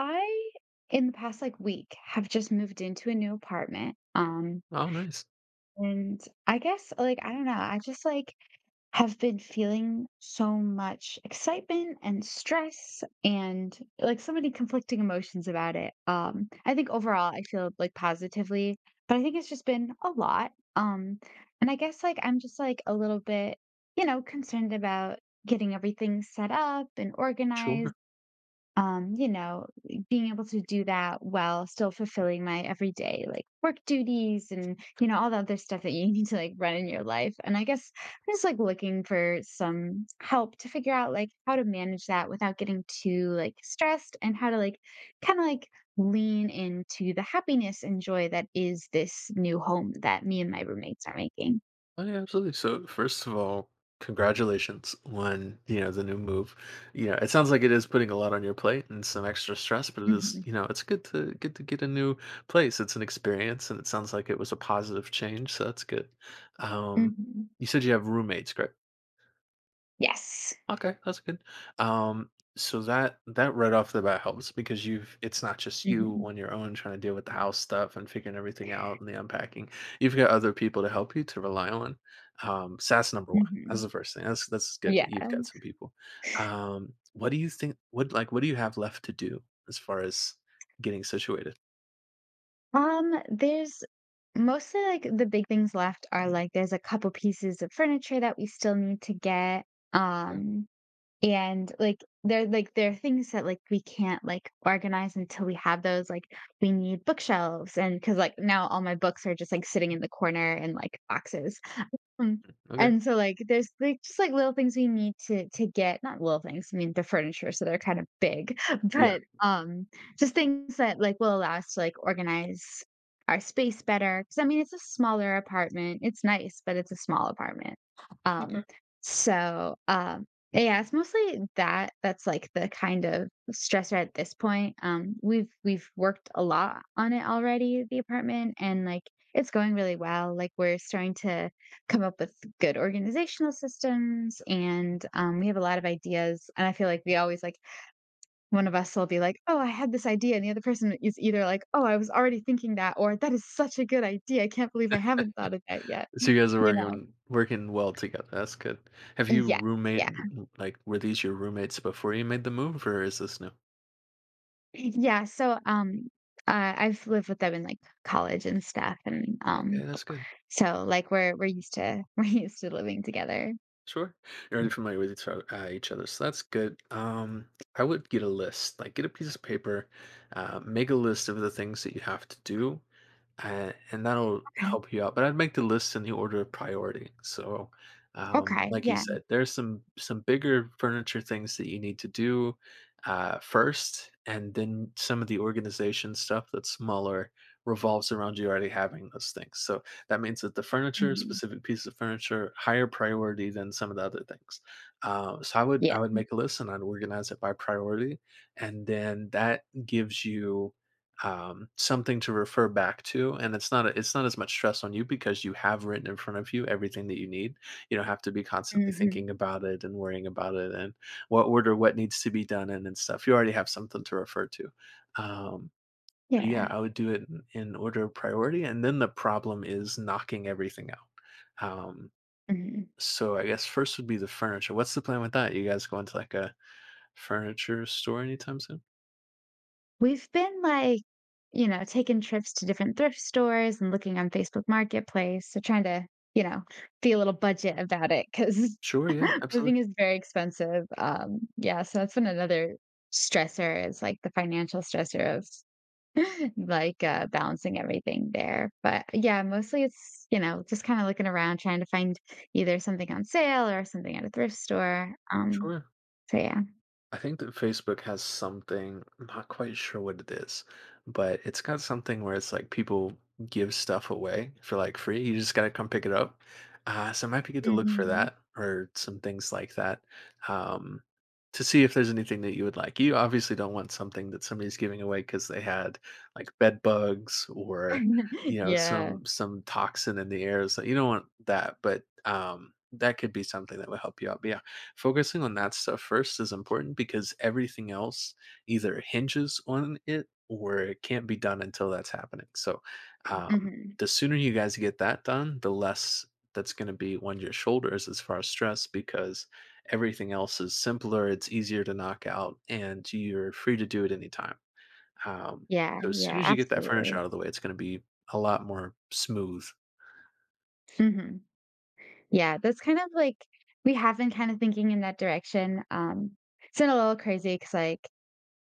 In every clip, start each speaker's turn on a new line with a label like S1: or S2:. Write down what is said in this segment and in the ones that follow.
S1: I, in the past like week, have just moved into a new apartment.
S2: Oh, nice.
S1: And I guess, I don't know, I just like have been feeling so much excitement and stress and like so many conflicting emotions about it. I think overall I feel like positively, but I think it's just been a lot. And I guess like I'm just like a little bit, you know, concerned about getting everything set up and
S2: Sure.
S1: organized, you know, being able to do that while still fulfilling my everyday like work duties and you know all the other stuff that you need to like run in your life. And I guess I'm just like looking for some help to figure out like how to manage that without getting too like stressed and how to like kind of lean into the happiness and joy that is this new home that me and my roommates are making.
S2: Oh, yeah, absolutely. So, first of all, congratulations on, you know, the new move. You know, it sounds like it is putting a lot on your plate and some extra stress, but it is,
S1: Mhm.
S2: you know, it's good to get a new place. It's an experience and it sounds like it was a positive change, so that's good. Um,
S1: Mhm.
S2: you said you have roommates, correct?
S1: Yes.
S2: Okay, that's good. Um, so that right off the bat helps because you've it's not just you
S1: Hmm.
S2: on your own trying to deal with the house stuff and figuring everything out and the unpacking. You've got other people to help you to rely on. So that's number one. That's
S1: Hmm.
S2: the first thing. That's good that
S1: Yeah.
S2: you've got some people. What do you think? What like what do you have left to do as far as getting situated?
S1: There's Mostly like the big things left are like there's a couple pieces of furniture that we still need to get.
S2: Okay.
S1: Um and like there are things that like we can't like organize until we have those. Like we need bookshelves and because like now all my books are just like sitting in the corner in like boxes. Mm,
S2: Okay.
S1: and so, like, there's, like, just, like, little things we need to get not little things, I mean, the furniture, so they're kind of big,
S2: Yeah.
S1: but, just things that, like, will allow us to, like, organize our space better. Because I mean, it's a smaller apartment, it's nice, but it's a small apartment, um, so, um, yeah, it's mostly that that's, like, the kind of stressor at this point. We've worked a lot on it already, the apartment, and, like, it's going really well. Like, we're starting to come up with good organizational systems, and we have a lot of ideas, and I feel like we always like one of us will be like, "Oh, I had this idea," and the other person is either like, "Oh, I was already thinking that," or, "That is such a good idea, I can't believe I haven't thought of that yet,
S2: So you guys are
S1: you know."
S2: working well together. That's good. Have you
S1: yeah
S2: roommate
S1: yeah.
S2: Like, were these your roommates before you made the move, or is this new?
S1: Yeah. So, I've lived with them in like college and stuff, and
S2: Okay, that's good.
S1: we're used to we're used to living together.
S2: Sure, you're already familiar with each other, so that's good. I would get a list, like get a piece of paper, make a list of the things that you have to do, and that'll
S1: Okay.
S2: help you out, but I'd make the list in the order of priority. So,
S1: Okay,
S2: like you
S1: yeah.
S2: said, there's some bigger furniture things that you need to do first, and then some of the organization stuff that's smaller revolves around you already having those things. So that means that the furniture,
S1: Mhm.
S2: specific piece of furniture, higher priority than some of the other things. So I would
S1: Yeah.
S2: I would make a list and I'd organize it by priority, and then that gives you something to refer back to, and it's not as much stress on you because you have written in front of you everything that you need. You don't have to be constantly
S1: Hmm.
S2: thinking about it and worrying about it and what order what needs to be done in and stuff. You already have something to refer to. Um, but yeah,
S1: Yeah.
S2: I would do it in order of priority, and then the problem is knocking everything out. Um,
S1: Mhm.
S2: so I guess first would be the furniture. What's the plan with that? You guys going to like a furniture store anytime soon?
S1: We've been like, you know, taking trips to different thrift stores and looking on Facebook Marketplace. So trying to, you know, be a little budget about it, because
S2: Sure. Yeah. Absolutely.
S1: moving is very expensive. Yeah, so that's been another stressor, is like the financial stressor of like balancing everything there. But yeah, mostly it's, you know, just kind of looking around trying to find either something on sale or something at a thrift store. Um,
S2: Sure.
S1: so yeah.
S2: I think that Facebook has something, I'm not quite sure what it is, but it's got something where it's like people give stuff away for like free. You just got to come pick it up. So it might be good to look for
S1: Mhm.
S2: that or some things like that um, to see if there's anything that you would like. You obviously don't want something that somebody's giving away because they had like bed bugs or you know
S1: Yeah.
S2: some toxin in the air. So you don't want that, but that could be something that would help you out. But yeah, focusing on that stuff first is important because everything else either hinges on it or it can't be done until that's happening. So, um,
S1: Mhm.
S2: the sooner you guys get that done, the less that's going to be on your shoulders as far as stress because everything else is simpler, it's easier to knock out, and you're free to do it anytime. Um,
S1: Yeah,
S2: so, as soon
S1: yeah,
S2: as you get that furniture
S1: absolutely.
S2: out of the way, it's going to be a lot more smooth.
S1: Mhm. Yeah, that's kind of like we have been kind of thinking in that direction. It's been a little crazy because like,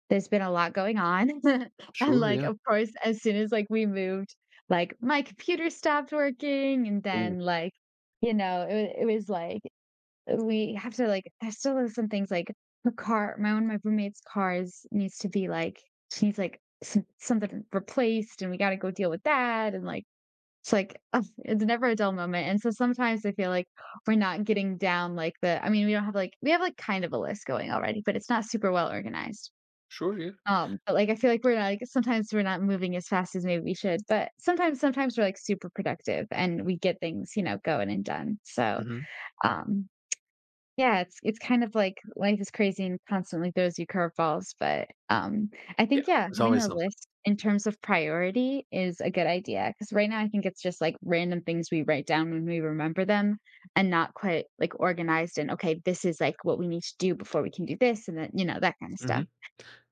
S1: there's been a lot going on. And,
S2: Sure,
S1: like,
S2: yeah.
S1: of course, as soon as, like, we moved, like, my computer stopped working, and
S2: Ooh,
S1: then, like, you know, it was like, we have to, like, there's still some things like her car my one of my roommate's cars needs to be, like, she needs, like, some something replaced, and we gotta go deal with that, and, like, it's like, ugh, it's never a dull moment, and so sometimes I feel like we're not getting down, like, the I mean, we don't have, like, we have, like, kind of a list going already, but it's not super well organized.
S2: sure, yeah.
S1: But, like, I feel like we're not like sometimes we're not moving as fast as maybe we should, but sometimes we're, like, super productive and we get things, you know, going and done. So,
S2: Mhm.
S1: um yeah, it's kind of like life is crazy and constantly throws you curveballs, but, I
S2: Yeah,
S1: think, yeah,
S2: there's
S1: having
S2: always
S1: a
S2: something.
S1: list in terms of priority is a good idea, because right now I think it's just, like, random things we write down when we remember them and not quite, like, organized and, "Okay, this is, like, what we need to do before we can do this," and then, you know, that kinda stuff.
S2: Mhm.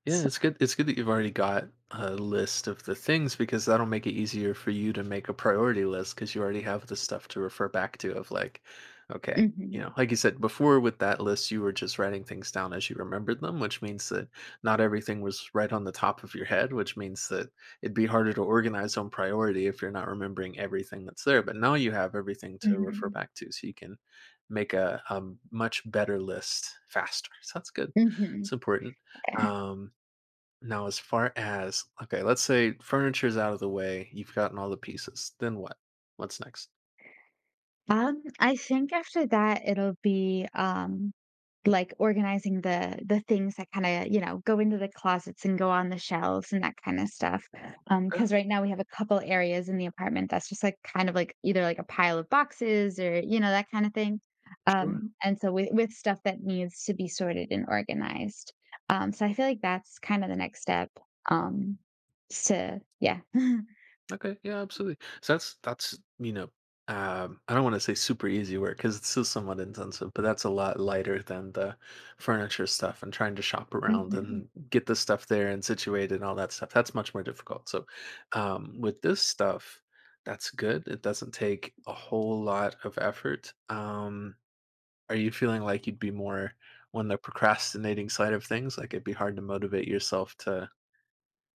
S2: Yeah,
S1: So.
S2: it's good. It's good that you've already got a list of the things because that'll make it easier for you to make a priority list because you already have the stuff to refer back to of like, okay, you
S1: Mhm.
S2: know, like you said before with that list, you were just writing things down as you remembered them, which means that not everything was right on the top of your head, which means that it'd be harder to organize on priority if you're not remembering everything that's there. But now you have everything to refer
S1: Mhm.
S2: back to, so you can make a much better list faster. So that's good.
S1: Mhm.
S2: It's important.
S1: Yeah.
S2: Um, Now, as far as okay, let's say furniture's out of the way, you've gotten all the pieces. Then what? What's next?
S1: I think after that it'll be, like organizing the things that kinda, you know, go into the closets and go on the shelves and that kinda stuff.
S2: Okay,
S1: Because right now we have a couple areas in the apartment that's just, like, kind of, like, either, like, a pile of boxes, or, you know, that kinda thing.
S2: sure.
S1: And so with stuff that needs to be sorted and organized. So I feel like that's kinda the next step, um, to yeah.
S2: Okay, yeah, absolutely. So that's you know, I don't want to say super easy work because it's still somewhat intensive, but that's a lot lighter than the furniture stuff and trying to shop around
S1: Mhm.
S2: and get the stuff there and situated and all that stuff. That's much more difficult. So, with this stuff, that's good. It doesn't take a whole lot of effort. Are you feeling like you'd be more on the procrastinating side of things? Like, it'd be hard to motivate yourself to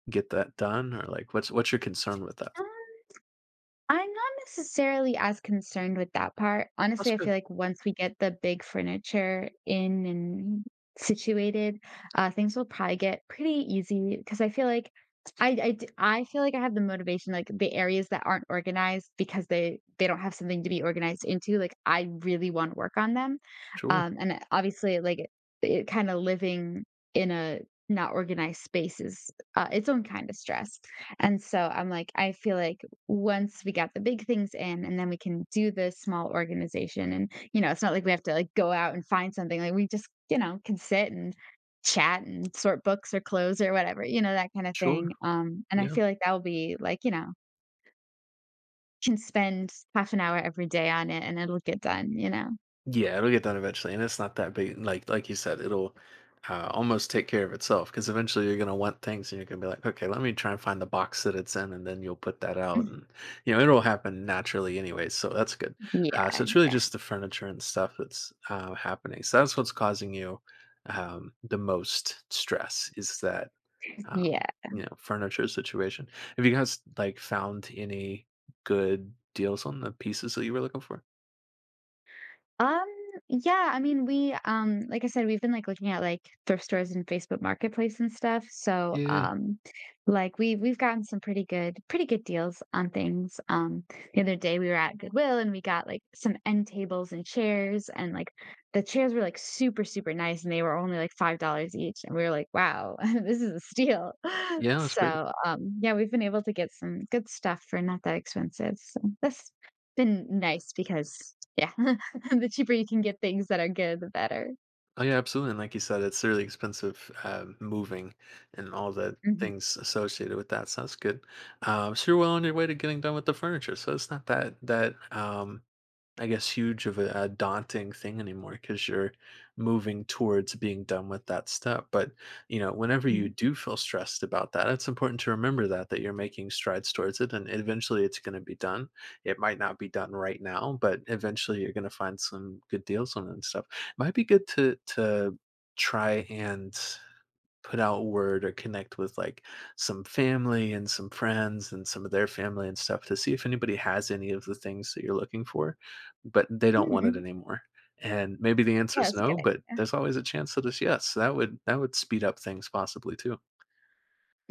S2: get that done, or, like, what's your concern with that?
S1: I'm not necessarily as concerned with that part.
S2: That's
S1: Honestly, I
S2: good.
S1: feel like once we get the big furniture in and situated, things will probably get pretty easy, because I feel like I feel like I have the motivation. Like the areas that aren't organized because they don't have something to be organized into, like I really want to work on them,
S2: Sure,
S1: obviously, like it kind of living in a not organized space is its own kind of stress. And so I'm like, I feel like once we got the big things in, and then we can do the small organization, and you know it's not like we have to like go out and find something, like we just, you know, can sit and chat and sort books or clothes or whatever, you know, that kind of
S2: sure,
S1: thing. And I
S2: yeah.
S1: feel like that will be like, you know, can spend half an hour every day on it and it'll get done, you know.
S2: Yeah, it'll get done eventually, and it's not that big. Like you said, it'll almost take care of itself because eventually you're gonna want things, and you're gonna be like, okay, let me try and find the box that it's in, and then you'll put that out, and you know it'll happen naturally anyway. So that's good. Uh,
S1: Yeah.
S2: so it's really
S1: Yeah.
S2: just the furniture and stuff that's happening. So that's what's causing you the most stress is that
S1: Yeah.
S2: um, you know furniture situation. Have you guys like found any good deals on the pieces that you were looking for?
S1: Um, yeah, I mean, we like I said, we've been like looking at like thrift stores and Facebook Marketplace and stuff. So,
S2: Yeah,
S1: like we've gotten some pretty good deals on things. The other day we were at Goodwill and we got like some end tables and chairs, and like the chairs were like super nice and they were only like $5 each, and we were like, "Wow, this is a steal."
S2: yeah, that's great.
S1: So, yeah, we've been able to get some good stuff for not that expensive. So, that's been nice because yeah. The cheaper you can get things that are good, the better.
S2: Oh yeah, absolutely. And like you said, it's really expensive moving and all the
S1: Mhm,
S2: things associated with that. So that's good. So you're well on your way to getting done with the furniture. So it's not that that I guess, huge of a daunting thing anymore because 'cause you're moving towards being done with that step, but, you know, whenever you
S1: mhm.
S2: do feel stressed about that, it's important to remember that you're making strides towards it, and eventually it's gonna be done. It might not be done right now, but eventually you're gonna find some good deals on it and stuff. Might be good to try and put out word or connect with like some family and some friends and some of their family and stuff to see if anybody has any of the things that you're looking for, but they
S1: Mm,
S2: don't want it
S1: mhm.
S2: anymore. And maybe the answer
S1: Yeah,
S2: is
S1: that's a good
S2: no,
S1: idea.
S2: but there's always a chance that it's yes. So that would speed up things possibly too.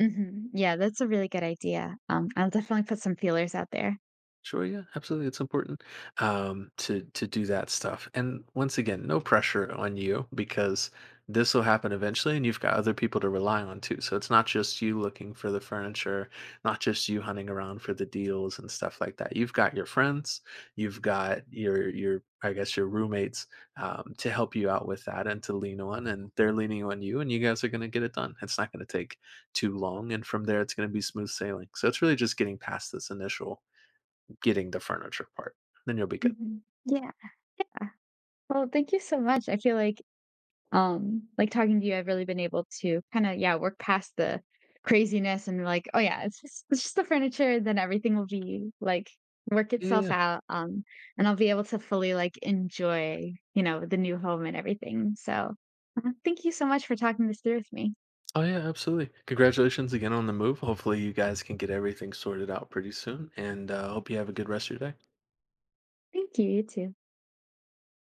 S1: Mhm. Yeah, that's a really good idea. I'll definitely put some feelers out there.
S2: Sure, yeah, absolutely. It's important to do that stuff. And once again, no pressure on you because this will happen eventually, and you've got other people to rely on too. So it's not just you looking for the furniture, not just you hunting around for the deals and stuff like that. You've got your friends, you've got your I guess your roommates to help you out with that and to lean on, and they're leaning on you, and you guys are going to get it done. It's not going to take too long, and from there, it's going to be smooth sailing. So it's really just getting past this initial getting the furniture part, then you'll be good.
S1: Mhm. Yeah. Well, thank you so much. I feel like, talking to you, I've really been able to kinda, yeah, work past the craziness and, like, "Oh, yeah, it's just the furniture, then everything will be, like, work
S2: Yeah,
S1: itself
S2: yeah.
S1: out," and I'll be able to fully, like, enjoy, you know, the new home and everything. So, thank you so much for talking this through with me.
S2: Oh, yeah, absolutely. Congratulations again on the move. Hopefully, you guys can get everything sorted out pretty soon, and hope you have a good rest of your day.
S1: Thank you, you too.